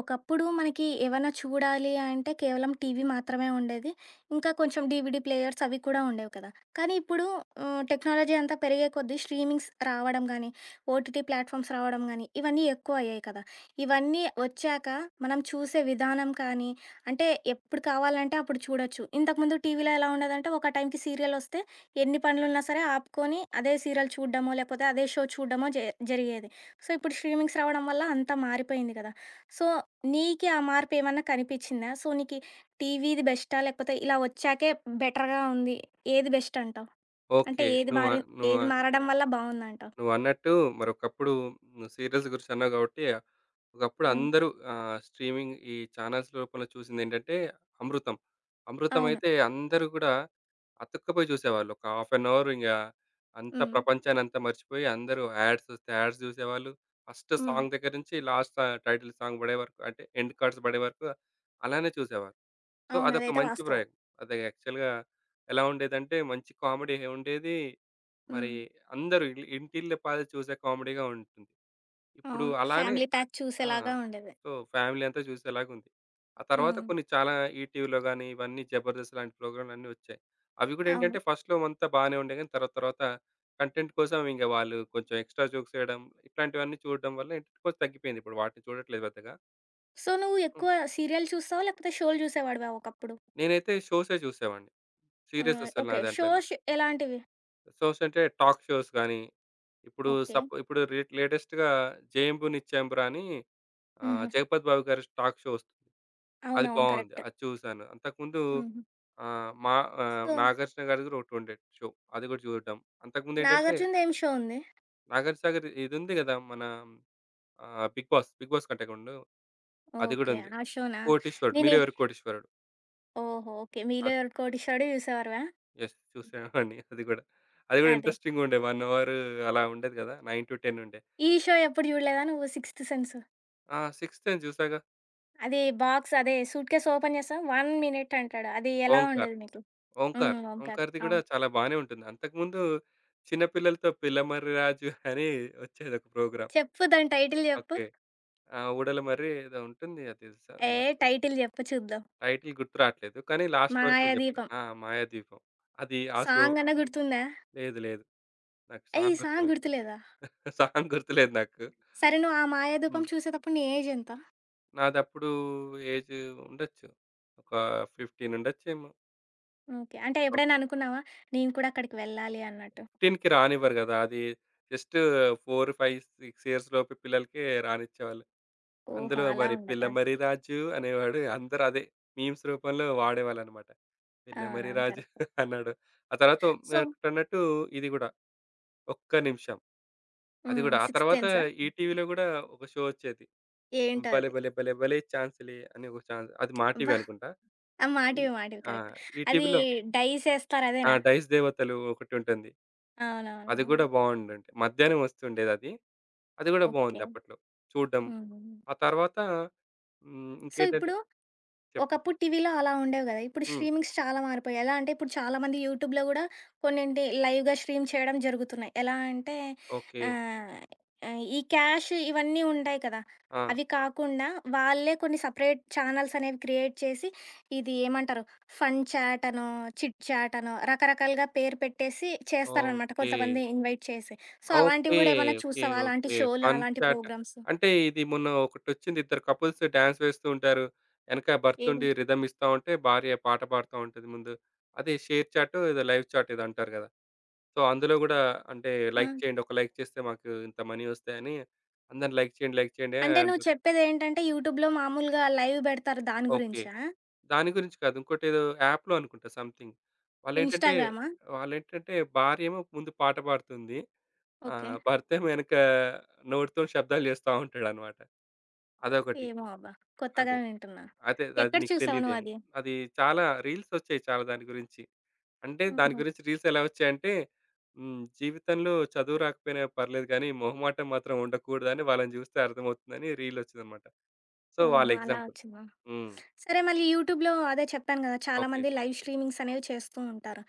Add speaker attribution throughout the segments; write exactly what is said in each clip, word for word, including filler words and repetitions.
Speaker 1: ఒకప్పుడు మనకి ఏవైనా చూడాలి అంటే కేవలం టీవీ మాత్రమే ఉండేది. ఇంకా కొంచెం డీవీడీ ప్లేయర్స్ అవి కూడా ఉండేవి కదా! కానీ ఇప్పుడు ఆహ్, టెక్నాలజీ అంతా పెరిగే కొద్దీ స్ట్రీమింగ్స్ రావడం గానీ, ఓటీటీ ప్లాట్‌ఫామ్స్ రావడం గానీ, ఇవన్నీ ఎక్కువయ్యాయి కదా! ఇవన్నీ వచ్చాక మనం చూసే విధానం కానీ, అంటే ఎప్పుడు కావాలంటే అప్పుడు చూడొచ్చు. ఇంతకుముందు టీవీలో ఎలా ఉండేదంటే ఒక టైంకి సీరియలొస్తే ఎన్ని పనులున్నా సరే ఆపుకొని అదే సీరియల్ చూడడమో, లేకపోతే అదే షో చూడడమో జే జరిగేది. సో, ఇప్పుడు స్ట్రీమింగ్స్ రావడం వల్ల అంతా మారిపోయింది కదా! సో, నీకి ఆ మార్పేమన్నా కనిపిచ్చిందా? సో, నీకి టీవీది బెస్టా? లేకపోతే ఇలా ఒచ్చాకే బెటర్‌గా ఉంది. ఏది బెస్ట్ అంటావు? అంటే
Speaker 2: ఓకే.
Speaker 1: ఏది
Speaker 2: నువ్వ
Speaker 1: మారి
Speaker 2: నువ్వ
Speaker 1: ఏది మారడం వల్ల బావుందంటావు?
Speaker 2: నువ్వన్నట్టు మరొకప్పుడు నువ్వు అన్నట్టు మరి ఒకప్పుడు నువ్వు సీరియల్స్ గురించి అన్నావు కాబట్టి, ఒకప్పుడు
Speaker 1: హ్మ్.
Speaker 2: అందరూ ఆహ్, స్ట్రీమింగ్ ఈ చానెల్స్ రూపంలో చూసిందేంటంటే 'అమృతం.' 'అమృతం'
Speaker 1: అవును.
Speaker 2: అయితే అందరూ కూడా అతుక్కపోయి చూసేవాళ్ళు. ఒక హాఫ్ అన్ అవర్ ఇంగ అంతా
Speaker 1: హ్మ్.
Speaker 2: ప్రపంచాన్నంతా మర్చిపోయి అందరూ యాడ్స్ వస్తే యాడ్స్ చూసేవాళ్ళు. ఫస్ట్
Speaker 1: హ్మ్.
Speaker 2: సాంగ్ దగ్గర నుంచి లాస్ట్ టైటిల్ సాంగ్ పడే వరకు అంటే ఎండ్ కార్డ్స్ పడే వరకు అలానే చూసేవాళ్ళు. సో,
Speaker 1: అవును.
Speaker 2: అదొక
Speaker 1: అదైతే
Speaker 2: మంచి
Speaker 1: వాస్తవం.
Speaker 2: ప్రయోగం. అది యాక్చువల్‌గా ఎలా ఉండేదంటే, మంచి కామెడీ ఉండేది. మరి
Speaker 1: హ్మ్.
Speaker 2: అందరూ ఇల్ ఇంటిల్లపాది చూసే కామెడీగా ఉంటుంది. ఇప్పుడు
Speaker 1: అవును.
Speaker 2: అలానే
Speaker 1: ఫ్యామిలీ ప్యాక్
Speaker 2: ఆ!
Speaker 1: చూసేలాగా ఉండేది.
Speaker 2: సో, ఫ్యామిలీ అంతా చూసేలాగుంది. ఆ తర్వాత
Speaker 1: హ్మ్.
Speaker 2: కొన్ని చాలా ఈటీవీలో గాని, ఇవన్నీ 'జబర్దస్త్' లాంటి ప్రోగ్రామ్‌లన్నీ వచ్చాయి. అవి కూడా
Speaker 1: అవును.
Speaker 2: ఏంటంటే, ఫస్ట్‌లో అంతా బానే ఉండే గాని, తర్వాత తర్వాత కంటెంట్ కోసం ఇంక వాళ్ళు కొంచెం ఎక్స్‌ట్రా జోక్స్ వేయడం, ఇట్లాంటివన్నీ చూడడం వల్ల ఏంటంటే, కొంచెం తగ్గిపోయింది. ఇప్పుడు వాటిని చూడట్లేదు పెద్దగా.
Speaker 1: సో, నువ్వు
Speaker 2: హ్మ్.
Speaker 1: ఎక్కువ సీరియల్ చూస్తావా? లేకపోతే షోలు జూసేవాడివా ఒకప్పుడు?
Speaker 2: నేనైతే షోసే చూసేవాడిని. సీరియల్స్
Speaker 1: ఆహ్,
Speaker 2: అసలు నా
Speaker 1: ఓకే.
Speaker 2: దాంట్లో లేవు.
Speaker 1: షోస్ ఎలాంటివి?
Speaker 2: షోస్ అంటే టాక్ షోస్ గానీ, ఇప్పుడు
Speaker 1: ఓకే.
Speaker 2: సప్ ఇప్పుడు రేట్ లేటెస్ట్‌గా 'జేయంబు నిత్యాంబుర' అని ఆహ్,
Speaker 1: హుహు.
Speaker 2: జగపతి బాబు గారి టాక్ షో వస్తుంది. అది
Speaker 1: అవునవును.
Speaker 2: బావుంది.
Speaker 1: కరెక్ట్.
Speaker 2: అది చూసాను. అంతకుముందు
Speaker 1: హుహు.
Speaker 2: ఆహ్, మా ఆహ్,
Speaker 1: సో,
Speaker 2: 'నాగార్జున' గారిది కూడా ఒకటి ఉండేది షో. అది కూడా చూడటం. అంతకుముందేంటంటే
Speaker 1: 'నాగార్జున'దేం షో ఉంది?
Speaker 2: 'నాగార్జున గారి' ఇది ఉంది కదా! మన ఆహ్, 'బిగ్ బాస్', 'బిగ్ బాస్' కంటే ముందు అది కూడా
Speaker 1: ఓకే.
Speaker 2: ఉంది.
Speaker 1: ఆ షోనా?
Speaker 2: 'కోటీశ్వరుడు',
Speaker 1: నేనే
Speaker 2: 'మీరెవరు కోటీశ్వరుడు'
Speaker 1: ఓహో! ఓకే. మీలో
Speaker 2: అది.
Speaker 1: ఎవరు 'కోటీశ్వరుడు' చూసేవారివా?
Speaker 2: యెస్. చూసేవాడిని అది కూడా. అది కూడా
Speaker 1: అదే.
Speaker 2: ఇంట్రెస్టింగ్‌గా ఉండే ఒక అవర్ అలా ఉండేది కదా! తొమ్మిది పది ఉండే.
Speaker 1: ఈ షో ఎప్పుడు చూడలేదా నువ్వు 'సిక్స్త్ సెన్స్'?
Speaker 2: ఆ! 'సిక్స్త్ సెన్స్' చూసాగా.
Speaker 1: అది బాక్స్ అదే సూట్‌కేస్ ఓపెన్ చేస్తాం ఒక మినిట్ అంటాడు. అది ఎలా
Speaker 2: ఓంకార్.
Speaker 1: ఉండేది మీకు? హ్మ్.
Speaker 2: ఓంకార్.
Speaker 1: ఓంకార్.
Speaker 2: ఓంకార్‌ది గూడా
Speaker 1: అవును.
Speaker 2: చాలా బానే ఉంటుంది. అంతకుముందు చిన్న పిల్లలతో పిల్లమర్రి రాజు అని వచ్చేదొక ప్రోగ్రామ్.
Speaker 1: చెప్పు దాని టైటిల్ చెప్పు.
Speaker 2: ఓకే. ఆ! ఊడల మర్రి ఏదో ఉంటుంది. అది తెలుసా
Speaker 1: ఏ
Speaker 2: నాకు,
Speaker 1: టైటిల్ చెప్పు చూద్దాం.
Speaker 2: టైటిల్ గుర్తు రావట్లేదు. కానీ లాస్ట్ వరకు నేను చెప్తా.
Speaker 1: 'మాయాదీపం'
Speaker 2: ఆ! మాయాద్వీపం. అది ఆ షో.
Speaker 1: సాంగ్ అన్నా గుర్తుందా?
Speaker 2: లేదు. లేదు. నాకు
Speaker 1: ఏయ్!
Speaker 2: సాంగ్
Speaker 1: ఈ సాంగ్
Speaker 2: గుర్తులేదు.
Speaker 1: గుర్తులేదా?
Speaker 2: సాంగ్ గుర్తులేదు నాకు.
Speaker 1: సరే నువ్వు ఆ
Speaker 2: హ్మ్.
Speaker 1: 'మాయాదీపం' చూసేటప్పుడు నీ ఏజ్ ఎంత?
Speaker 2: నాదప్పుడు ఏజ్ ఉండొచ్చు. ఒక పదిహేను ఉండొచ్చేమో.
Speaker 1: ఓకే. అంటే ఎప్పుడైనా
Speaker 2: ఓకే.
Speaker 1: అనుకున్నావా? నేను కూడా అక్కడికి వెళ్ళాలి అన్నట్టు?
Speaker 2: 15కి రానివ్వరు గదా! అది జస్ట్ నాలుగు, ఐదు, ఆరు ఇయర్స్ లోపు పిల్లలకే రానిచ్చేవాళ్ళు.
Speaker 1: ఓహో!
Speaker 2: అందులో
Speaker 1: అలా
Speaker 2: మరి
Speaker 1: ఉండదా?
Speaker 2: పిల్లమర్రి రాజు అనేవాడు. అందరూ అదే మీమ్స్ రూపంలో వాడేవాళ్ళనమాట. పిల్లమర్రి
Speaker 1: అవునవును.
Speaker 2: రాజు
Speaker 1: కరెక్టే.
Speaker 2: అన్నాడు. ఆ తర్వాత
Speaker 1: సో,
Speaker 2: మీరన్నట్టు ఇది గూడా 'ఒక్క నిమిషం' అది
Speaker 1: హ్మ్.
Speaker 2: గూడా. ఆ
Speaker 1: సిక్స్త్
Speaker 2: తర్వాత
Speaker 1: సెన్సా?
Speaker 2: ఈ ఈటీవీలో గూడా ఒక షో ఒచ్చేది. 'భలే
Speaker 1: ఏంటది?
Speaker 2: భలే భలే భలే ఛాన్సులే' అని ఒక ఛాన్స్ అది మా టీవీ
Speaker 1: అబ్బా!
Speaker 2: అనుకుంటా.
Speaker 1: ఆ!
Speaker 2: ఈ
Speaker 1: మాటివి, మాటివి
Speaker 2: ఆ!
Speaker 1: కరెక్ట్. అది
Speaker 2: ఈటీవీలో
Speaker 1: డైస్ ఏస్తారు
Speaker 2: ఆ!
Speaker 1: అదేనా?
Speaker 2: 'డైస్ దేవతలు' ఒకటుంటుంది. అది
Speaker 1: అవునవునవును.
Speaker 2: గూడా బావుండండి. మధ్యాహ్నం ఒస్తుండేదది. అది గూడా
Speaker 1: ఓకే.
Speaker 2: బావుంది అప్పట్లో చూడ్డం.
Speaker 1: హ్మ్.
Speaker 2: ఆ తర్వాత హ్మ్.
Speaker 1: సో,
Speaker 2: ఇంకేంటంటే
Speaker 1: ఇప్పుడు
Speaker 2: చెప్పు.
Speaker 1: ఒకప్పుడు టీవీలో అలా ఉండేవి గదా! ఇప్పుడు
Speaker 2: హ్మ్.
Speaker 1: స్ట్రీమింగ్స్ చాలా మారిపోయాయి. ఎలా అంటే ఇప్పుడు చాలామంది యూట్యూబ్‌లో గూడా కొన్నింటి లైవ్‌గా స్ట్రీమ్ చేయడం జరుగుతున్నాయి. ఎలా అంటే
Speaker 2: ఓకే.
Speaker 1: ఆహ్, ఆహ్, ఈ క్యాష్ ఇవన్నీ ఉంటాయి కదా!
Speaker 2: ఆ!
Speaker 1: అవి కాకుండా వాళ్ళే కొన్ని సెపరేట్ ఛానెల్స్ అనేవి క్రియేట్ చేసి ఇది ఏమంటారు ఫన్ చాట్ అనో, చిట్ చాట్ అనో రకరకాలుగా పేరు పెట్టేసి చేస్తారనమాట
Speaker 2: ఓకే.
Speaker 1: కొంతమంది ఇన్వైట్ చేసి. So,
Speaker 2: okay.
Speaker 1: అలాంటివి గూడా ఏమన్నా
Speaker 2: ఓకే.
Speaker 1: చూసావా? అలాంటి
Speaker 2: ఓకే.
Speaker 1: షోలు,
Speaker 2: ఫన్
Speaker 1: అలాంటి
Speaker 2: చాట్.
Speaker 1: ప్రోగ్రామ్స్
Speaker 2: అంటే ఇది మొన్న ఒకటొచ్చింది. ఇద్దరు కపుల్స్ డాన్స్ వేస్తూ ఉంటారు. ఎనక భర్త
Speaker 1: ఏది?
Speaker 2: ఉండి రిథమ్ ఇస్తా ఉంటే భార్య పాట పాడుతా ఉంటది ముందు. అదే షేర్ చాటో ఏదో లైవ్ చాట్ ఏదో అంటారు గదా! సో, అందులో గూడా అంటే
Speaker 1: ఆ!
Speaker 2: లైక్ చేయండి. ఒక లైక్ చేస్తే మాకు ఇంత మనీ వస్తాయని అందరిని లైక్ చేయండి, లైక్ చేయండి అని
Speaker 1: అంటే నువ్వు
Speaker 2: అడుగుతారు.
Speaker 1: చెప్పేదేంటంటే యూట్యూబ్‌లో మామూలుగా లైవ్ బెడతారు దాని
Speaker 2: ఓకే.
Speaker 1: గురించా?
Speaker 2: దాని గురించి కాదు. ఇంకోటేదో యాప్‌లో అనుకుంటా సంథింగ్. వాళ్ళేంటంటే
Speaker 1: ఇన్‌స్టాగ్రామా?
Speaker 2: వాళ్ళేంటంటే భార్యేమో ముందు పాట పాడుతుంది. ఆ!
Speaker 1: ఓకే.
Speaker 2: భర్తేమో వెనక నోటితోని శబ్దాలు చేస్తా ఉంటాడనమాట. అదొకటి.
Speaker 1: ఏమో అబ్బా! కొత్తగా
Speaker 2: అదే.
Speaker 1: వింటున్నా.
Speaker 2: అదే. అది
Speaker 1: ఎక్కడ
Speaker 2: నీకు
Speaker 1: చూసావు
Speaker 2: తెలీదేమో.
Speaker 1: నువ్వది?
Speaker 2: అది చాలా రీల్సొచ్చాయి చాలా దాని గురించి. అంటే దాని
Speaker 1: హుహు.
Speaker 2: గురించి రీల్స్ ఎలా వచ్చాయంటే హ్మ్. జీవితంలో చదువు రాకపోయినా పర్లేదు గానీ, మొహమాటం మాత్రం ఉండకూడదని వాళ్ళని చూస్తే అర్థమవుతుందని రీలొచ్చిందనమాట. సో, వాళ్ళ
Speaker 1: ఓహో! అలా
Speaker 2: ఎగ్జాంపుల్.
Speaker 1: వచ్చిందా?
Speaker 2: హ్మ్.
Speaker 1: సరే మళ్ళీ యూట్యూబ్‌లో అదే చెప్పాను గదా!
Speaker 2: ఓకే.
Speaker 1: చాలామంది లైవ్ స్ట్రీమింగ్స్ అనేవి చేస్తూ ఉంటారు.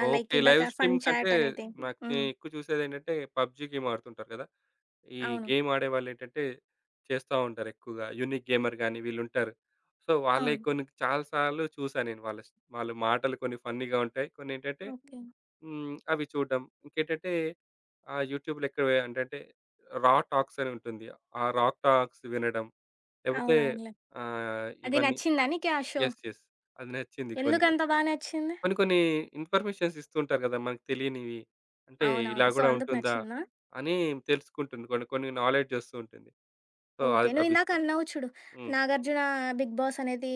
Speaker 1: Ah, like
Speaker 2: okay. లైవ్
Speaker 1: ఇందాక ఫన్
Speaker 2: స్ట్రీమింగ్స్ అంటే
Speaker 1: చాట్ అనేది.
Speaker 2: నాకు తే
Speaker 1: హ్మ్.
Speaker 2: ఎక్కువ చూసేదేంటంటే పబ్‌జీ గేమ్ ఆడుతుంటారు కదా! ఈ
Speaker 1: అవును.
Speaker 2: గేమ్ ఆడేవాళ్ళేంటంటే చేస్తా ఉంటారు ఎక్కువగా. యూనిక్ గేమర్ గాని వీళ్ళుంటారు. సో, వాళ్ళయి
Speaker 1: అవును.
Speaker 2: కొన్ని చాలా సార్లు చూసా నేను. వాళ్ళ స్ వాళ్ళ మాటలు కొన్ని ఫన్నీగా ఉంటాయి. కొన్నేంటంటే
Speaker 1: ఓకే.
Speaker 2: హ్మ్. అవి చూడడం. ఇంకేంటంటే ఆహ్, యూట్యూబ్‌లో ఎక్కువ ఏంటంటే రా టాక్స్ అని ఉంటుంది. ఆ రా టాక్స్ వినడం. లేకపోతే
Speaker 1: అవునవునులే.
Speaker 2: ఆహ్,
Speaker 1: అది
Speaker 2: ఇవన్నీ
Speaker 1: నచ్చిందా నీకు ఆ షో?
Speaker 2: యెస్. యెస్. అది నచ్చింది కొన్ని కొన్ని.
Speaker 1: ఎందుకంత బా నచ్చింది?
Speaker 2: కొన్ని కొన్ని ఇన్ఫర్మేషన్స్ ఇస్తూ ఉంటారు కదా! మనకు తెలియనివి. అంటే ఇలా
Speaker 1: అవునవును. సో,
Speaker 2: గూడా
Speaker 1: అందుకు
Speaker 2: ఉంటుందా?
Speaker 1: నచ్చిందా?
Speaker 2: అని తెలుసుకుంటుంది. కొన్ని కొన్ని నాలెడ్జ్ వస్తూ ఉంటుంది. సో, అ
Speaker 1: ఓకే.
Speaker 2: అవి
Speaker 1: నువ్విందాక
Speaker 2: ఇష్టం.
Speaker 1: అన్నావు చూడు,
Speaker 2: హ్మ్.
Speaker 1: 'నాగార్జున బిగ్ బాస్' అనేది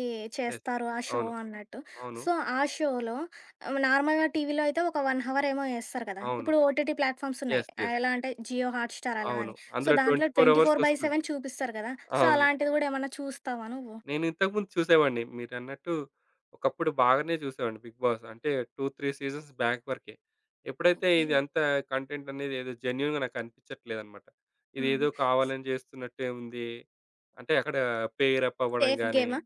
Speaker 2: యెస్.
Speaker 1: చేస్తారు ఆ షో
Speaker 2: అవును.
Speaker 1: అన్నట్టు.
Speaker 2: అవును.
Speaker 1: సో, ఆ షోలో ఆహ్, నార్మల్‌గా టీవీలో అయితే ఒక 1 హవర్ ఏమో ఏస్తారు కదా!
Speaker 2: అవును.
Speaker 1: ఇప్పుడు ఓటీటీ ప్లాట్‌ఫామ్స్ ఉన్నాయి.
Speaker 2: యెస్.
Speaker 1: ఆ
Speaker 2: యెస్.
Speaker 1: ఎలా అంటే జియో హాట్‌స్టార్ అలా
Speaker 2: అవును.
Speaker 1: అని. సో,
Speaker 2: అందులో
Speaker 1: దాంట్లో
Speaker 2: ఇరవై నాలుగు అవర్స్ వస్తుంది.
Speaker 1: ఇరవై నాలుగు బై ఏడు చూపిస్తారు కదా! సో,
Speaker 2: అవును.
Speaker 1: అలాంటిది కూడా ఏమన్నా చూస్తావా నువ్వు?
Speaker 2: నేను ఇంతకుముందు చూసేవాడిని. మీరన్నట్టు ఒకప్పుడు బాగానే చూసేవాడిని 'బిగ్ బాస్.' అంటే రెండు, మూడు సీజన్స్ బ్యాక్ వరకే. ఎప్పుడైతే
Speaker 1: ఓకే.
Speaker 2: ఇది అంతా కంటెంట్ అనేది ఏదో జెన్యూన్‌గా నాకు అనిపించట్లేదనమాట.
Speaker 1: హుహు.
Speaker 2: ఇదేదో కావాలని చేస్తున్నట్టే ఉంది. అంటే అక్కడ పెయిర్ అప్ అవ్వడం
Speaker 1: సేఫ్
Speaker 2: గాని
Speaker 1: గేమా?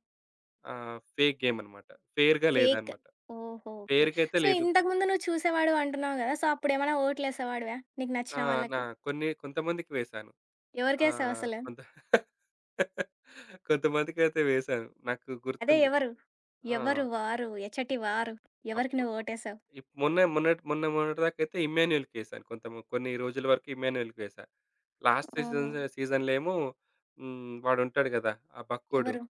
Speaker 2: ఆహ్, ఫేక్ గేమ్ అనమాట. ఫెయిర్‌గా
Speaker 1: ఫేక్.
Speaker 2: లేదనమాట.
Speaker 1: ఓహో! ఓకే.
Speaker 2: ఫెయిర్‌గా అయితే
Speaker 1: సో,
Speaker 2: లేదు.
Speaker 1: ఇంతకుముందు నువ్వు చూసేవాడివి అంటున్నావు కదా! సో, అప్పుడేమైనా ఓట్లేసేవాడివా? నీకు
Speaker 2: ఆ!
Speaker 1: నచ్చిన
Speaker 2: నా
Speaker 1: వాళ్ళకి?
Speaker 2: కొన్ని కొంతమందికి వేశాను. ఆహ్,
Speaker 1: ఎవరికేసావసలు?
Speaker 2: కొంత కొంతమందికైతే వేశాను. నాకు
Speaker 1: అదే
Speaker 2: గుర్తుంది.
Speaker 1: ఎవరు?
Speaker 2: ఆ!
Speaker 1: ఎవరు వారు, ఎచ్చటి వారు. ఎవరికి
Speaker 2: అప్పుడు
Speaker 1: నువ్వు ఓటేసావు?
Speaker 2: ఇప్ మొన్న మొన్నటి మొన్న మొన్నటిదాకైతే 'ఇమ్మాన్యూల్‌కి' ఏశాను. కొంత కొన్ని రోజుల వరకు 'ఇమ్మాన్యూల్‌కి' వేశా. లాస్ట్ సీజన్
Speaker 1: హ్మ్.
Speaker 2: సీజన్‌లేమో హ్మ్. వాడుంటాడు గదా! ఆ బక్కోడు.
Speaker 1: ఎవరు?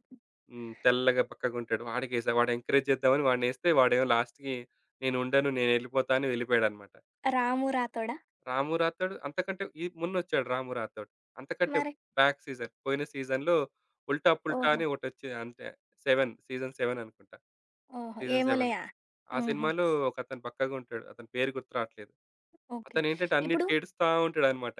Speaker 2: హ్మ్. తెల్లగా బక్కగుంటాడు. వాడికేశా. వాడిని ఎంకరేజ్ చేద్దామని వాడినేస్తే వాడేమో లాస్ట్‌కి నేనుండను, నేనెళ్ళిపోతా అని వెళ్ళిపోయాడనమాట.
Speaker 1: 'రాము రాతోడా'
Speaker 2: 'రాము రాథోడ్' అంతకంటే ఈ మొన్నొచ్చాడు 'రాము రాథోడ్.' అంతకంటే
Speaker 1: మరి?
Speaker 2: బ్యాక్ సీజన్ పోయిన సీజన్‌లో 'ఉల్టా పుల్టా'
Speaker 1: ఓహో!
Speaker 2: అని ఒకటొచ్చింది అంతే. ఏడు సీజన్ ఏడు అనుకుంటా.
Speaker 1: ఓహో!
Speaker 2: సీజన్ ఏడు.
Speaker 1: 'ఏమోలేయా'.
Speaker 2: ఆ
Speaker 1: హుహు.
Speaker 2: సినిమాలో ఒకతను బక్కగా ఉంటాడు. అతని పేరు గుర్తు రావట్లేదు.
Speaker 1: ఓకే.
Speaker 2: అతనేంటంటే
Speaker 1: ఇప్పుడు
Speaker 2: అన్నిటికి ఏడుస్తా ఉంటాడనమాట.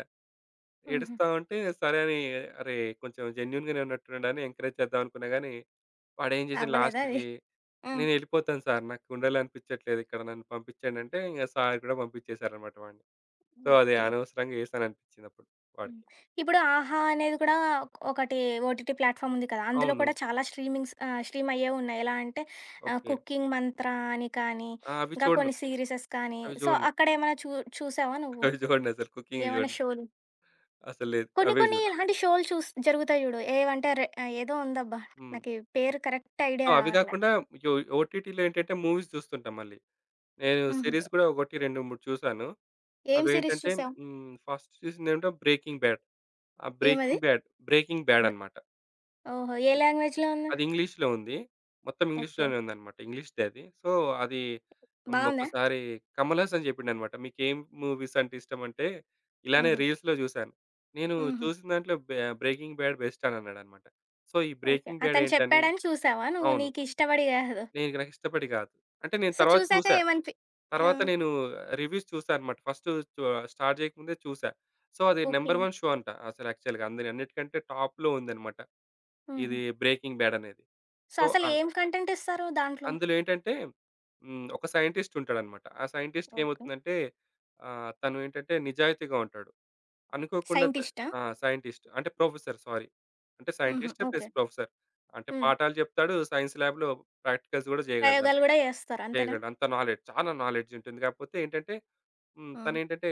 Speaker 1: హుహు.
Speaker 2: ఏడుస్తా ఉంటే సరే అని అరే! కొంచెం జెన్యూన్‌గానే ఉన్నట్టున్నాడని ఎంకరేజ్ చేద్దాం అనుకున్నా గానీ, వాడేం చేసాడు
Speaker 1: అవ్వలేదా అది?
Speaker 2: లాస్ట్‌కి,
Speaker 1: హ్మ్.
Speaker 2: నేనెళ్ళిపోతాను సార్ నాకు ఉండాలనిపించట్లేదు ఇక్కడ నన్ను పంపించండి అంటే ఇంక సార్ కూడా పంపించేసారనమాట వాడిని. సో, అది
Speaker 1: ఓకే.
Speaker 2: అనవసరంగా ఏసాననిపించిందప్పుడు
Speaker 1: హ్మ్.
Speaker 2: వాడికి.
Speaker 1: ఇప్పుడు 'ఆహా' అనేది కూడా ఒక- ఒకటి ఓటీటీ ప్లాట్‌ఫామ్ ఉంది కదా! అందులో
Speaker 2: అవును.
Speaker 1: కూడా చాలా స్ట్రీమింగ్స్ ఆహ్, స్ట్రీమ్ అయ్యేవి ఉన్నాయి. ఎలా అంటే ఆహ్,
Speaker 2: ఓకే.
Speaker 1: 'కుకింగ్ మంత్ర' అని కానీ,
Speaker 2: ఆ! అవి
Speaker 1: ఇంకా
Speaker 2: చూడను.
Speaker 1: కొన్ని సీరీసెస్ కానీ,
Speaker 2: అవి
Speaker 1: సో,
Speaker 2: చూడను.
Speaker 1: అక్కడేమైనా చూ చూసావా నువ్వు?
Speaker 2: అవి చూడనసలు కుకింగ్‌వి
Speaker 1: ఏమైనా
Speaker 2: చూడను.
Speaker 1: షోలు?
Speaker 2: అసలు లేదు.
Speaker 1: కొన్ని
Speaker 2: అవే
Speaker 1: కొన్ని
Speaker 2: చూడను.
Speaker 1: ఇలాంటి షోలు చూస్ జరుగుతాయి చూడు. ఏవంటే రె ఆ, ఏదో ఉందబ్బా!
Speaker 2: హ్మ్.
Speaker 1: నాకీ పేరు కరెక్ట్
Speaker 2: సో,
Speaker 1: ఐడియా
Speaker 2: అవి
Speaker 1: రావట్లే.
Speaker 2: గాకుండా యో ఓటీటీలో ఏంటంటే మూవీస్ చూస్తుంటాం మళ్ళీ. నేను
Speaker 1: హుహు.
Speaker 2: సీరీస్ కూడా ఒకటి రెండు, మూడు చూసాను.
Speaker 1: ఏం సీరీస్
Speaker 2: అవేంటంటే
Speaker 1: చూసావు?
Speaker 2: హ్మ్, ఫస్ట్ చూసిందేంటో 'బ్రేకింగ్ బ్యాడ్.' ఆ
Speaker 1: ఏమది?
Speaker 2: 'బ్రేకింగ్ బ్యాడ్' 'బ్రేకింగ్ బ్యాడ్'
Speaker 1: ద
Speaker 2: అనమాట.
Speaker 1: ఓహో! ఏ లాంగ్వేజ్‌లో ఉంది?
Speaker 2: అది ఇంగ్లీష్‌లో ఉంది. మొత్తం
Speaker 1: ఓకే.
Speaker 2: ఇంగ్లీష్‌లోనే ఉందనమాట. ఇంగ్లీష్‌దే అది. సో, అది హ్మ్,
Speaker 1: బావుందా?
Speaker 2: ఒక్కసారి కమల్ హాసన్ జెప్పిండనమాట. "మీకేం మూవీస్ అంటే ఇష్టమంటే ఇలానే
Speaker 1: హుహు.
Speaker 2: రీల్స్‌లో జూసాను. నేను
Speaker 1: హుహు.
Speaker 2: చూసిన దాంట్లో బె 'బ్రేకింగ్ బ్యాడ్' బెస్ట్" అని అన్నాడనమాట. సో, ఈ
Speaker 1: ఓకే.
Speaker 2: 'బ్రేకింగ్ బ్యాడ్'
Speaker 1: అతను
Speaker 2: ఏంటని
Speaker 1: చెప్పాడని చూసావా నువ్వు?
Speaker 2: అవును.
Speaker 1: నీకిష్టపడి కాదు.
Speaker 2: నేను నాకు ఇష్టపడి గాదు. అంటే నేను
Speaker 1: సో,
Speaker 2: తర్వాత
Speaker 1: చూసాక
Speaker 2: చూసా.
Speaker 1: ఏమనిపి ఆ!
Speaker 2: తర్వాత నేను రివ్యూస్ చూసా అనమాట. ఫస్టు చు స్టార్ట్ చేయకముందే చూసా. సో, అది
Speaker 1: ఓకే.
Speaker 2: నంబర్ వన్ షో అంట. అసలు యాక్చువల్‌గా అందరి అన్నిటికంటే టాప్‌లో ఉందనమాట.
Speaker 1: హుహు.
Speaker 2: ఇది 'బ్రేకింగ్ బ్యాడ్' అనేది.
Speaker 1: సో,
Speaker 2: సో,
Speaker 1: అసలు
Speaker 2: ఆహ్,
Speaker 1: ఏం కంటెంట్ ఇస్తారు దాంట్లో?
Speaker 2: అందులో ఏంటంటే హ్మ్. ఒక సైంటిస్ట్ ఉంటాడనమాట. ఆ సైంటిస్ట్‌కి
Speaker 1: ఓకే.
Speaker 2: ఏమవుతుందంటే ఆహ్, తను ఏంటంటే నిజాయితీగా ఉంటాడు. అనుకోకుండా త
Speaker 1: సైంటిస్టా?
Speaker 2: ఆ! సైంటిస్ట్ అంటే ప్రొఫెసర్ సారీ. అంటే
Speaker 1: హుహు.
Speaker 2: Scientist
Speaker 1: okay.
Speaker 2: Plus professor. అంటే
Speaker 1: హ్మ్.
Speaker 2: పాఠాలు చెప్తాడు. సైన్స్ ల్యాబ్‌లో ప్రాక్టికల్స్ కూడా చేయగలడు. అంత-
Speaker 1: ప్రయోగాలు గూడా చేస్తారు అంతేనా?
Speaker 2: చేయగలడు. అంత నాలెడ్జ్ చాలా నాలెడ్జ్ ఉంటుంది. కాకపోతే ఏంటంటే హ్మ్.
Speaker 1: హ్మ్.
Speaker 2: తనేంటంటే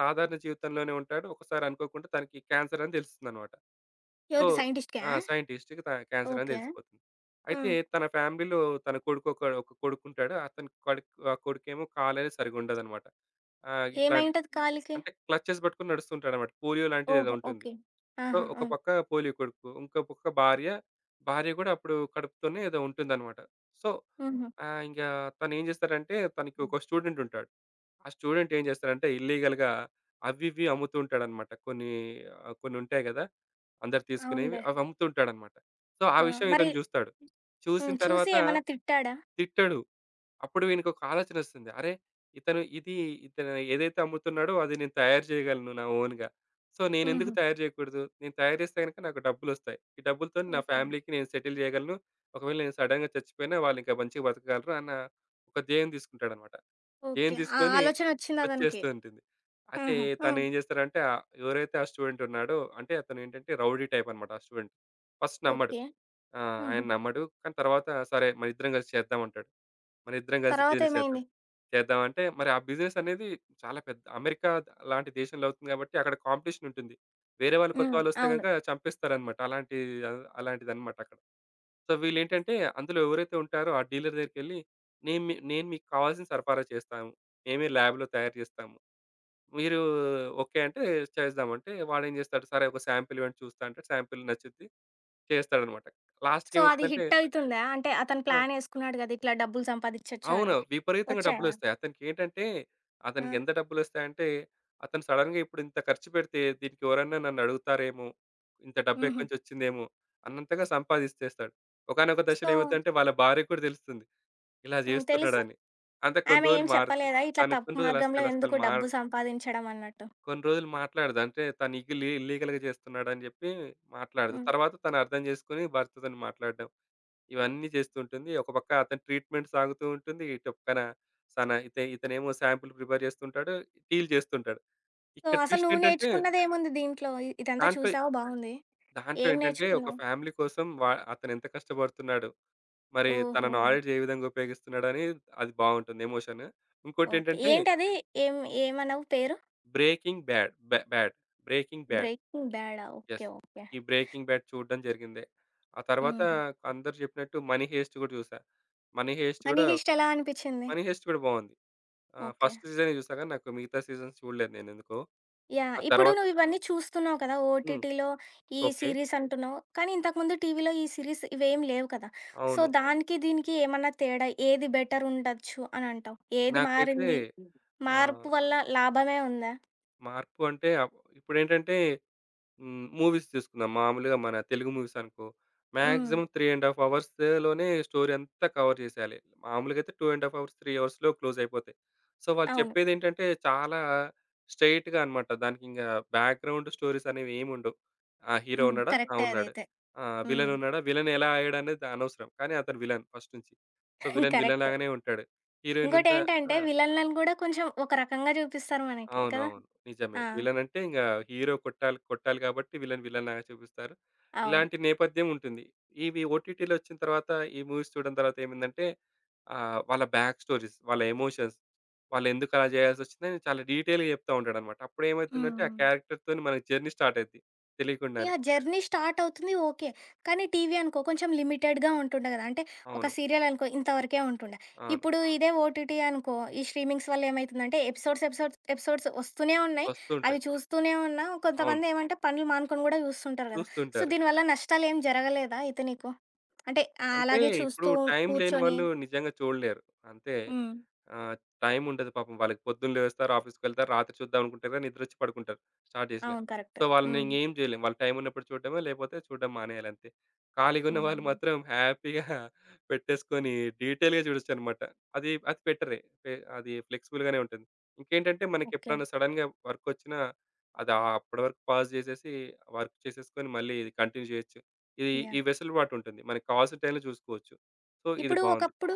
Speaker 2: సాధారణ జీవితంలోనే ఉంటాడు. ఒకసారి అనుకోకుండా తనకి క్యాన్సర్ అని తెలుస్తుందనమాట. సో,
Speaker 1: ఎవరికి సైంటిస్ట్‌కా?
Speaker 2: ఆ! సైంటిస్ట్‌కి త క్యాన్సర్ అని
Speaker 1: ఓకే.
Speaker 2: తెలిసిపోతుంది.
Speaker 1: ఆ!
Speaker 2: అయితే తన ఫ్యామిలీలో తన కొడుకు ఒక ఒక కొడుకుంటాడు. అతని కొడుకు ఆ కొడుకేమో కాలనేది సరిగ్గా ఉండదనమాట. ఆహ్, ఇట్లాంటి
Speaker 1: ఏమైంటది కాలికి?
Speaker 2: అంటే క్లచెస్ పట్టుకొని నడుస్తుంటాడనమాట. పోలియో లాంటిదేదో
Speaker 1: ఓహో!
Speaker 2: ఉంటుంది.
Speaker 1: ఓకే.
Speaker 2: సో
Speaker 1: ఆహా!
Speaker 2: ఒక
Speaker 1: ఆ!
Speaker 2: పక్క పోలియో కొడుకు, ఇంకో పక్క భార్య. భార్య గూడా అప్పుడు కడుపుతోనే ఏదో ఉంటుందనమాట. సో,
Speaker 1: హుహు.
Speaker 2: ఆహ్, ఇంగా తనేం చేస్తాడంటే తనకి
Speaker 1: హ్మ్.
Speaker 2: ఒక స్టూడెంట్ ఉంటాడు. ఆ స్టూడెంట్ ఏం చేస్తాడంటే ఇల్లీగల్‌గా అవి ఇవి అమ్ముతూ ఉంటాడనమాట. కొన్ని ఆహ్, కొన్ని ఉంటాయి కదా! అందరు తీసుకునేవి
Speaker 1: అవునులే.
Speaker 2: అవి అమ్ముతుంటాడనమాట. సో, ఆ
Speaker 1: ఆ!
Speaker 2: విషయం
Speaker 1: మరి
Speaker 2: ఇతను చూస్తాడు. చూసిన
Speaker 1: హ్మ్. చూసి
Speaker 2: తర్వాత
Speaker 1: ఏమన్నా తిట్టాడా?
Speaker 2: తిట్టడు. అప్పుడు వీనికి ఒక ఆలోచన వస్తుంది. అరే! ఇతను ఇది ఇతను ఏదైతే అమ్ముతున్నాడో అది నేను తయారు చేయగలను నా ఓన్‌గా. సో, నేనెందుకు
Speaker 1: హుహు.
Speaker 2: తయారు చేయకూడదు? నేను తయారు చేస్తే గనుక నాకు డబ్బులొస్తాయి. ఈ డబ్బులతోని నా
Speaker 1: ఓకే.
Speaker 2: ఫ్యామిలీకి నేను సెటిల్ చేయగలను. ఒకవేళ నేను సడెన్‌గా చచ్చిపోయినా వాళ్ళు ఇంకా మంచిగా బతకగలరు అన్న ఒక ధ్యేయం తీసుకుంటాడనమాట. చేన్
Speaker 1: ఓకే. ఆ
Speaker 2: తీసుకొని
Speaker 1: ఆలోచనొచ్చిందా అతనికి?
Speaker 2: వచ్చేస్తూ ఉంటుంది. అయితే
Speaker 1: ఆహా! ఆ!
Speaker 2: తనేం చేస్తారంటే ఆహ్, ఎవరైతే ఆ స్టూడెంట్ ఉన్నాడో అంటే అతనేంటంటే రౌడీ టైప్ అన్నమాట ఆ స్టూడెంట్. ఫస్ట్ నమ్మడు.
Speaker 1: ఓకే.
Speaker 2: ఆ!
Speaker 1: హుహు.
Speaker 2: ఆయన
Speaker 1: హ్మ్.
Speaker 2: నమ్మడు. కానీ తర్వాత సరే మనిద్దరం కలిసి చేద్దాం అంటాడు. మనిద్దరం కలిసి బిజినెస్ చేద్దాం.
Speaker 1: తర్వాతేమైంది?
Speaker 2: చేద్దాం అంటే మరి ఆ బిజినెస్ అనేది చాలా పెద్ద అమెరికా లాంటి దేశంలో అవుతుంది కాబట్టి అక్కడ కాంపిటీషన్ ఉంటుంది. వేరే వాళ్ళు కొత్త
Speaker 1: హ్మ్.
Speaker 2: వాళ్ళొస్తే
Speaker 1: అవును.
Speaker 2: గనుక చంపేస్తారన్నమాట. అలాంటి అలాంటిదన్నమాట అక్కడ. సో, వీళ్ళేంటంటే అందులో ఎవరైతే ఉంటారో ఆ డీలర్ దగ్గరికెళ్ళి, "నేను మీ నేను మీకు కావాల్సింది సరఫరా చేస్తాము. మేమే ల్యాబ్‌లో తయారు చేస్తాము. మీరు ఓకే అంటే చేద్దాం" అంటే వాడేం చేస్తాడు, "సరే ఒక శాంపిల్ ఇవ్వండి చూస్తా" అంటే శాంపిల్ నచ్చుద్ది చేస్తాడనమాట.
Speaker 1: సో, అది
Speaker 2: లాస్ట్‌కేమవుతుందంటే
Speaker 1: హిట్టయితుందా? అంటే అతను
Speaker 2: ఆ!
Speaker 1: ప్లానేసుకున్నాడు గదా! ఇట్లా డబ్బులు సంపాదిచ్చొచ్చు అని.
Speaker 2: అవును. విపరీతంగా
Speaker 1: వచ్చాయా?
Speaker 2: డబ్బులొస్తాయి. అతనికేంటంటే అతనికి ఏంటంటే
Speaker 1: ఆ!
Speaker 2: అతనికి ఎంత డబ్బులొస్తాయంటే, అతను సడెన్‌గా ఇప్పుడు ఇంత ఖర్చు పెడితే దీనికి ఎవరన్నా నన్ను అడుగుతారేమో, ఇంత డబ్బెక్కడి
Speaker 1: హుహు.
Speaker 2: నుంచొచ్చిందేమో అన్నంతగా సంపాదిచ్చేస్తాడు. ఒకానొక
Speaker 1: సో,
Speaker 2: దశలో ఏమైద్దంటే వాళ్ళ భార్యకి కూడా తెలుస్తుంది. ఇలా
Speaker 1: హ్మ్. తెలిసి
Speaker 2: జేస్తున్నాడని. అంటే కొన్ని
Speaker 1: ఆమె ఏం
Speaker 2: రోజులు మారుద్ది.
Speaker 1: చెప్పలేదా? ఇట్లా
Speaker 2: తను
Speaker 1: తప్పు
Speaker 2: కొన్ని రోజులు
Speaker 1: మార్గంలో
Speaker 2: అస్సలు, అస్సలు
Speaker 1: ఎందుకు
Speaker 2: మార్
Speaker 1: డబ్బు సంపాదించడం అన్నట్టు?
Speaker 2: కొన్ని రోజులు మాట్లాడదు. అంటే తను ఇగిలీ ఇల్లీగల్‌గా జేస్తున్నాడని జెప్పి మాట్లాడదు.
Speaker 1: హ్మ్.
Speaker 2: తర్వాత తను అర్థం జేసుకొని భర్తతోని మాట్లాడడం. ఇవన్నీ జేస్తుంటుంది. ఒక పక్క అతని ట్రీట్‌మెంట్ సాగుతూ ఉంటుంది. ఇటు పక్కన సన ఇతే ఇతనేమో శాంపిల్ ప్రిపేర్ జేస్తుంటాడు. డీల్ జేస్తుంటాడు.
Speaker 1: సో,
Speaker 2: ఇక్కడ
Speaker 1: అసలు
Speaker 2: ట్విస్ట్
Speaker 1: నువ్వు
Speaker 2: ఏంటంటే
Speaker 1: నేర్చుకున్నదేముంది దీంట్లో? ఇ ఇదంతా
Speaker 2: దాంట్లో,
Speaker 1: చూసావు బావుంది.
Speaker 2: దాంట్లో
Speaker 1: ఏం
Speaker 2: ఏంటంటే ఒక
Speaker 1: నేర్చుకున్నావు?
Speaker 2: ఫ్యామిలీ కోసం వా అతనెంత కష్టపడుతున్నాడు. మరి తనను
Speaker 1: ఓహో!
Speaker 2: నాలెడ్జ్ ఏ విధంగా ఉపయోగిస్తున్నాడని అది బావుంటుంది ఎమోషన్.
Speaker 1: ఓకే.
Speaker 2: ఇంకోటేంటంటే
Speaker 1: ఏంటది? ఏం ఏమన్నావు పేరు?
Speaker 2: Breaking bad. బ్యా బ్యాడ్. 'Breaking bad.'
Speaker 1: 'బ్రేకింగ్ బ్యాడా'? ఓకే.
Speaker 2: యెస్.
Speaker 1: ఓకే.
Speaker 2: ఈ 'బ్రేకింగ్ బ్యాడ్' చూడడం జరిగిందే. ఆ తర్వాత
Speaker 1: హుహు.
Speaker 2: అందరూ చెప్పినట్టు 'మనీ హెయిస్ట్' గూడా చూసా. 'మనీ హెయిస్ట్'
Speaker 1: 'మనీ
Speaker 2: గూడా ఓకే.
Speaker 1: హీస్ట్' ఎలా అనిపిచ్చింది?
Speaker 2: 'మనీ హెయిస్ట్' గూడా బావుంది. ఆహ్,
Speaker 1: ఓకే.
Speaker 2: ఫస్ట్ సీజనే చూసా గానీ నాకు మిగతా సీజన్స్ చూడలేదు నేనెందుకో.
Speaker 1: యాహ్!
Speaker 2: ఆ
Speaker 1: ఇప్పుడు
Speaker 2: తర్వాత
Speaker 1: నువ్వు ఇవన్నీ చూస్తున్నావు కదా!
Speaker 2: హ్మ్.
Speaker 1: ఓటీటీలో ఈ
Speaker 2: ఓకే.
Speaker 1: సీరీస్ అంటున్నావు. కానీ ఇంతకుముందు టీవీలో ఈ సీరీస్ ఇవేం లేవు కదా! సో,
Speaker 2: అవును.
Speaker 1: దానికి దీనికి ఏమన్నా తేడా ఏది బెటర్ ఉండొచ్చు అని అంటావు? ఏది
Speaker 2: నాకైతే
Speaker 1: మారింది? మార్పు
Speaker 2: ఆహ్,
Speaker 1: వల్ల లాభమే ఉందా?
Speaker 2: మార్పు అంటే అప్ ఇప్పుడేంటంటే హ్మ్. మూవీస్ తీసుకుందాం. మామూలుగా మన తెలుగు మూవీస్ అనుకో,
Speaker 1: హ్మ్.
Speaker 2: మాక్సిమం మూడున్నర ½ అవర్స్‌లోనే స్టోరీ అంతా కవర్ చేసేయాలి. మామూలుగా అయితే రెండున్నర ½ అవర్స్, మూడు అవర్స్‌లో క్లోజ్ అయిపోతాయి. సో, వాళ్ళు
Speaker 1: అవును.
Speaker 2: చెప్పేదేంటంటే చాలా స్ట్రెయిట్‌గా అనమాట. దానికింక బ్యాక్‌గ్రౌండ్ స్టోరీస్ అనేవి ఏముండవు. ఆ! హీరో
Speaker 1: హ్మ్.
Speaker 2: ఉన్నాడా? ఆ!
Speaker 1: కరెక్టే
Speaker 2: ఉన్నాడు.
Speaker 1: అదైతే.
Speaker 2: ఆ!
Speaker 1: హ్మ్.
Speaker 2: విలన్ ఉన్నాడా? విలన్ ఎలా అయ్యాడనేది అనవసరం. కానీ అతను విలన్ ఫస్ట్ నుంచి. So, villain villain
Speaker 1: correct.
Speaker 2: లాగానే ఉంటాడు. హీరోయిన్ ఉందా? ఆ!
Speaker 1: ఇంకోటేంటంటే విలన్‌లను గూడా కొంచెం ఒక రకంగా చూపిస్తారు మనకి కదా!
Speaker 2: అవునవును. నిజమే.
Speaker 1: ఆ!
Speaker 2: విలన్ అంటే ఇంగ హీరో కొట్టాలి, కొట్టాలి కాబట్టి విలన్ విలన్‌లాగా చూపిస్తారు.
Speaker 1: అవును.
Speaker 2: ఇలాంటి నేపథ్యం ఉంటుంది. ఇవి ఓటీటీలో వచ్చిన తర్వాత ఈ మూవీస్ చూడడం తర్వాత ఏమైందంటే ఆహ్, వాళ్ళ బ్యాక్ స్టోరీస్, వాళ్ళ ఎమోషన్స్, వాళ్ళెందుకు అలా చేయాల్సొచ్చిందని చాలా డీటెయిల్‌గా చెప్తా ఉంటాడన్నమాట. అప్పుడేమైతుందంటే ఆ
Speaker 1: హ్మ్.
Speaker 2: క్యారెక్టర్‌తోని మనకి జర్నీ స్టార్ట్ అయిద్ది తెలియకుండానే.
Speaker 1: యాహ్! జర్నీ స్టార్ట్ అవుతుంది ఓకే. కానీ టీవీ అనుకో కొంచెం లిమిటెడ్‌గా ఉంటుండే గదా! అంటే ఒక
Speaker 2: అవును.
Speaker 1: సీరియల్ అనుకో ఇంతవరకే ఉంటుండే.
Speaker 2: అవును.
Speaker 1: ఇప్పుడు ఇదే ఓటీటీ అనుకో ఈ స్ట్రీమింగ్స్ వల్ల ఏమైతుందంటే ఎపిసోడ్స్, ఎపిసోడ్స్, ఎపిసోడ్స్ వస్తూనే ఉన్నాయి.
Speaker 2: వస్తూ ఉంటాయి.
Speaker 1: అవి చూస్తూనే ఉన్నా
Speaker 2: అవును.
Speaker 1: కొంతమంది ఏమంటే పనులు మానుకొని గూడా చూస్తుంటారు గదా! సో,
Speaker 2: చూస్తుంటారు.
Speaker 1: దీనివల్ల నష్టాలేం జరగలేదా అయితే నీకు? అంటే ఆహ్,
Speaker 2: అంటే
Speaker 1: అలాగే
Speaker 2: ఇప్పుడు
Speaker 1: చూస్తూ
Speaker 2: టైం లేని
Speaker 1: కూర్చొని
Speaker 2: వాళ్ళు నిజంగా చూడలేరు. అంతే.
Speaker 1: హ్మ్.
Speaker 2: ఆహ్, టైం ఉండదు పాపం వాళ్ళకి. పొద్దున్న లేస్తారు, ఆఫీస్‌కెళ్తారు, రాత్రి చూద్దాం అనుకుంటారు గానీ నిద్రొచ్చి పడుకుంటారు స్టార్ట్ జేసినా.
Speaker 1: అవును. కరెక్ట్.
Speaker 2: సో, వాళ్ళని
Speaker 1: హ్మ్.
Speaker 2: ఇంగేం జేయలేం. వాళ్ళ టైం ఉన్నప్పుడు చూడడమే, లేపోతే చూడడం మానేయాలంతే. ఖాళీగా ఉన్న వాళ్ళు
Speaker 1: హ్మ్.
Speaker 2: మాత్రం హ్యాపీగా పెట్టేసుకొని డీటెయిల్‌గా చూడొచ్చనమాట. అది అది బెటరే. పె అది ఫ్లెక్సిబుల్‌గానే ఉంటుంది. ఇంకేంటంటే
Speaker 1: ఓకే.
Speaker 2: మనకెప్పుడన్నా సడెన్‌గా వర్కొచ్చినా అది ఆహ్, అప్పటి వరకు పాజ్ జేసేసి వర్క్ చేసేసుకొని మళ్ళీ ఇది కంటిన్యూ జేయొచ్చు. ఇది ఈ
Speaker 1: యాహ్!
Speaker 2: వెసులుబాటుంటుంది. మనకు కావాల్సిన టైంలో చూసుకోవచ్చు. సో, ఇది
Speaker 1: ఇప్పుడు
Speaker 2: బావుంది.
Speaker 1: ఒకప్పుడు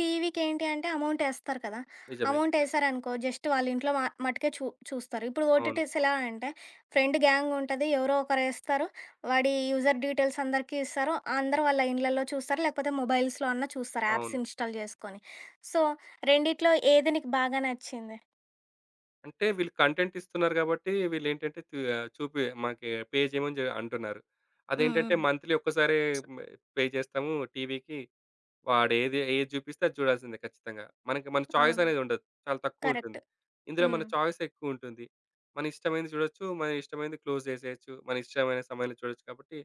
Speaker 1: టీవీకేంటి అంటే అమౌంటేస్తారు కదా!
Speaker 2: నిజమే.
Speaker 1: అమౌంటేశారనుకో జస్ట్ వాళ్ళింట్లో మ మట్టుకే చూ చూస్తారు. ఇప్పుడు
Speaker 2: అవును.
Speaker 1: ఓటీటీస్ ఎలా అంటే ఫ్రెండ్ గ్యాంగుంటది. ఎవరో ఒకరేస్తారు. వాడి యూజర్ డీటెయిల్స్ అందరికీ ఇస్తారు. అందరూ వాళ్ళ ఇండ్లల్లో చూస్తారు. లేకపోతే మొబైల్స్‌లో అన్నా చూస్తారు యాప్స్
Speaker 2: అవును.
Speaker 1: ఇన్‌స్టాల్ చేసుకొని. సో, రెండిట్లో ఏది నీకు బాగా నచ్చింది?
Speaker 2: అంటే వీళ్ళు కంటెంట్ ఇస్తున్నారు గాబట్టి వీళ్ళేంటంటే తీ ఆహ్, చూపి మాకి పే చేయమని జె అంటున్నారు.
Speaker 1: హ్మ్.
Speaker 2: అదేంటంటే
Speaker 1: హ్మ్.
Speaker 2: మంత్లీ ఒక్కసారే హ్మ్, పే చేస్తాము టీవీకి. వాడేది ఏది ఏది చూపిస్తే అది చూడాల్సిందే ఖచ్చితంగా. మనకి మన చాయిస్
Speaker 1: అవును.
Speaker 2: అనేది ఉండదు. చాలా
Speaker 1: కరెక్ట్.
Speaker 2: తక్కువుంటుంది. ఇందులో మన
Speaker 1: హ్మ్.
Speaker 2: చాయిస్ ఎక్కువుంటుంది. మన ఇష్టమైనది చూడొచ్చు. మన ఇష్టమైనది క్లోజ్ చేసేయొచ్చు. మన ఇష్టమైన సమయంలో చూడొచ్చు కాబట్టి,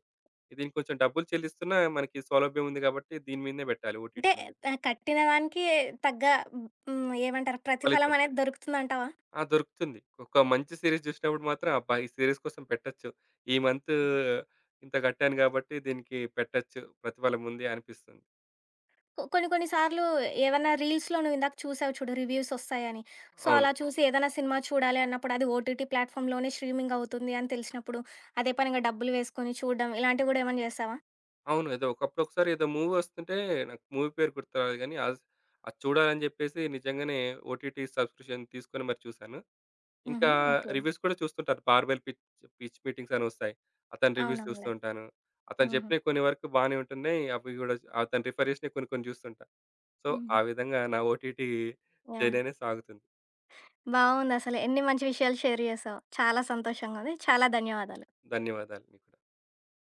Speaker 2: దీనికి కొంచెం డబ్బులు చెల్లిస్తున్నా మనకి సౌలభ్యం ఉంది కాబట్టి దీని మీదనే పెట్టాలి
Speaker 1: అంటే
Speaker 2: ఓటీటీల మీద
Speaker 1: ఆహ్, కట్టిన దానికి తగ్గ హ్మ్. ఏమంటారు ప్రతిఫలం
Speaker 2: ఫలితం.
Speaker 1: అనేది దొరుకుతుందంటావా?
Speaker 2: ఆ! దొరుకుతుంది. ఒక మంచి సీరీస్ చూసినప్పుడు మాత్రం అబ్బా! ఈ సీరీస్ కోసం పెట్టొచ్చు. ఈ మంత్ ఇంత కట్టాను కాబట్టి దీనికి పెట్టొచ్చు. ప్రతిఫలం ఉంది అనిపిస్తుంది.
Speaker 1: కొ కొన్ని కొన్ని సార్లు ఏవన్నా రీల్స్‌లో నువ్వు ఇందాక చూసావు చూడు రివ్యూస్ వస్తాయని. సో,
Speaker 2: అవును.
Speaker 1: అలా చూసి ఏదైనా సినిమా చూడాలి అన్నప్పుడు అది ఓటీటీ ప్లాట్‌ఫామ్‌లోనే స్ట్రీమింగ్ అవుతుంది అని తెలిసినప్పుడు అదే పనిగా డబ్బులు వేసుకొని చూడడం ఇలాంటివి గూడా ఏమన్నా చేసావా?
Speaker 2: అవును. ఏదో ఒకప్పుడు ఒకసారి ఏదో మూవీ వస్తుంటే నాకు మూవీ పేరు గుర్తు రాలేదు గానీ, అస్ అది చూడాలని జెప్పేసి నిజంగానే ఓటీటీ సబ్‌స్క్రిప్షన్ తీసుకొని మరి చూశాను. ఇంకా
Speaker 1: హుహు. ఓకే.
Speaker 2: రివ్యూస్ కూడా చూస్తుంటాను. 'బార్బెల్ పిచ్ పిచ్ మీటింగ్స్' అని వస్తాయి. అతని రివ్యూస్ చూస్తూ
Speaker 1: అవునవునులే.
Speaker 2: ఉంటాను. అతను
Speaker 1: హుహు.
Speaker 2: చెప్పినవి కొన్ని వరకు బానే ఉంటున్నాయి. అవి గూడా అతను రిఫర్ చేసినవి కొన్ని కొన్ని చూస్తుంటా. సో, ఆ
Speaker 1: హ్మ్.
Speaker 2: విధంగా నా ఓటీటీ జర్నీ
Speaker 1: యాహ్!
Speaker 2: అనేది సాగుతుంది.
Speaker 1: బావుందసలు. ఎన్ని మంచి విషయాలు షేర్ చేసావో. చాలా సంతోషంగా ఉంది. చాలా ధన్యవాదాలు.
Speaker 2: ధన్యవాదాలు మీకు.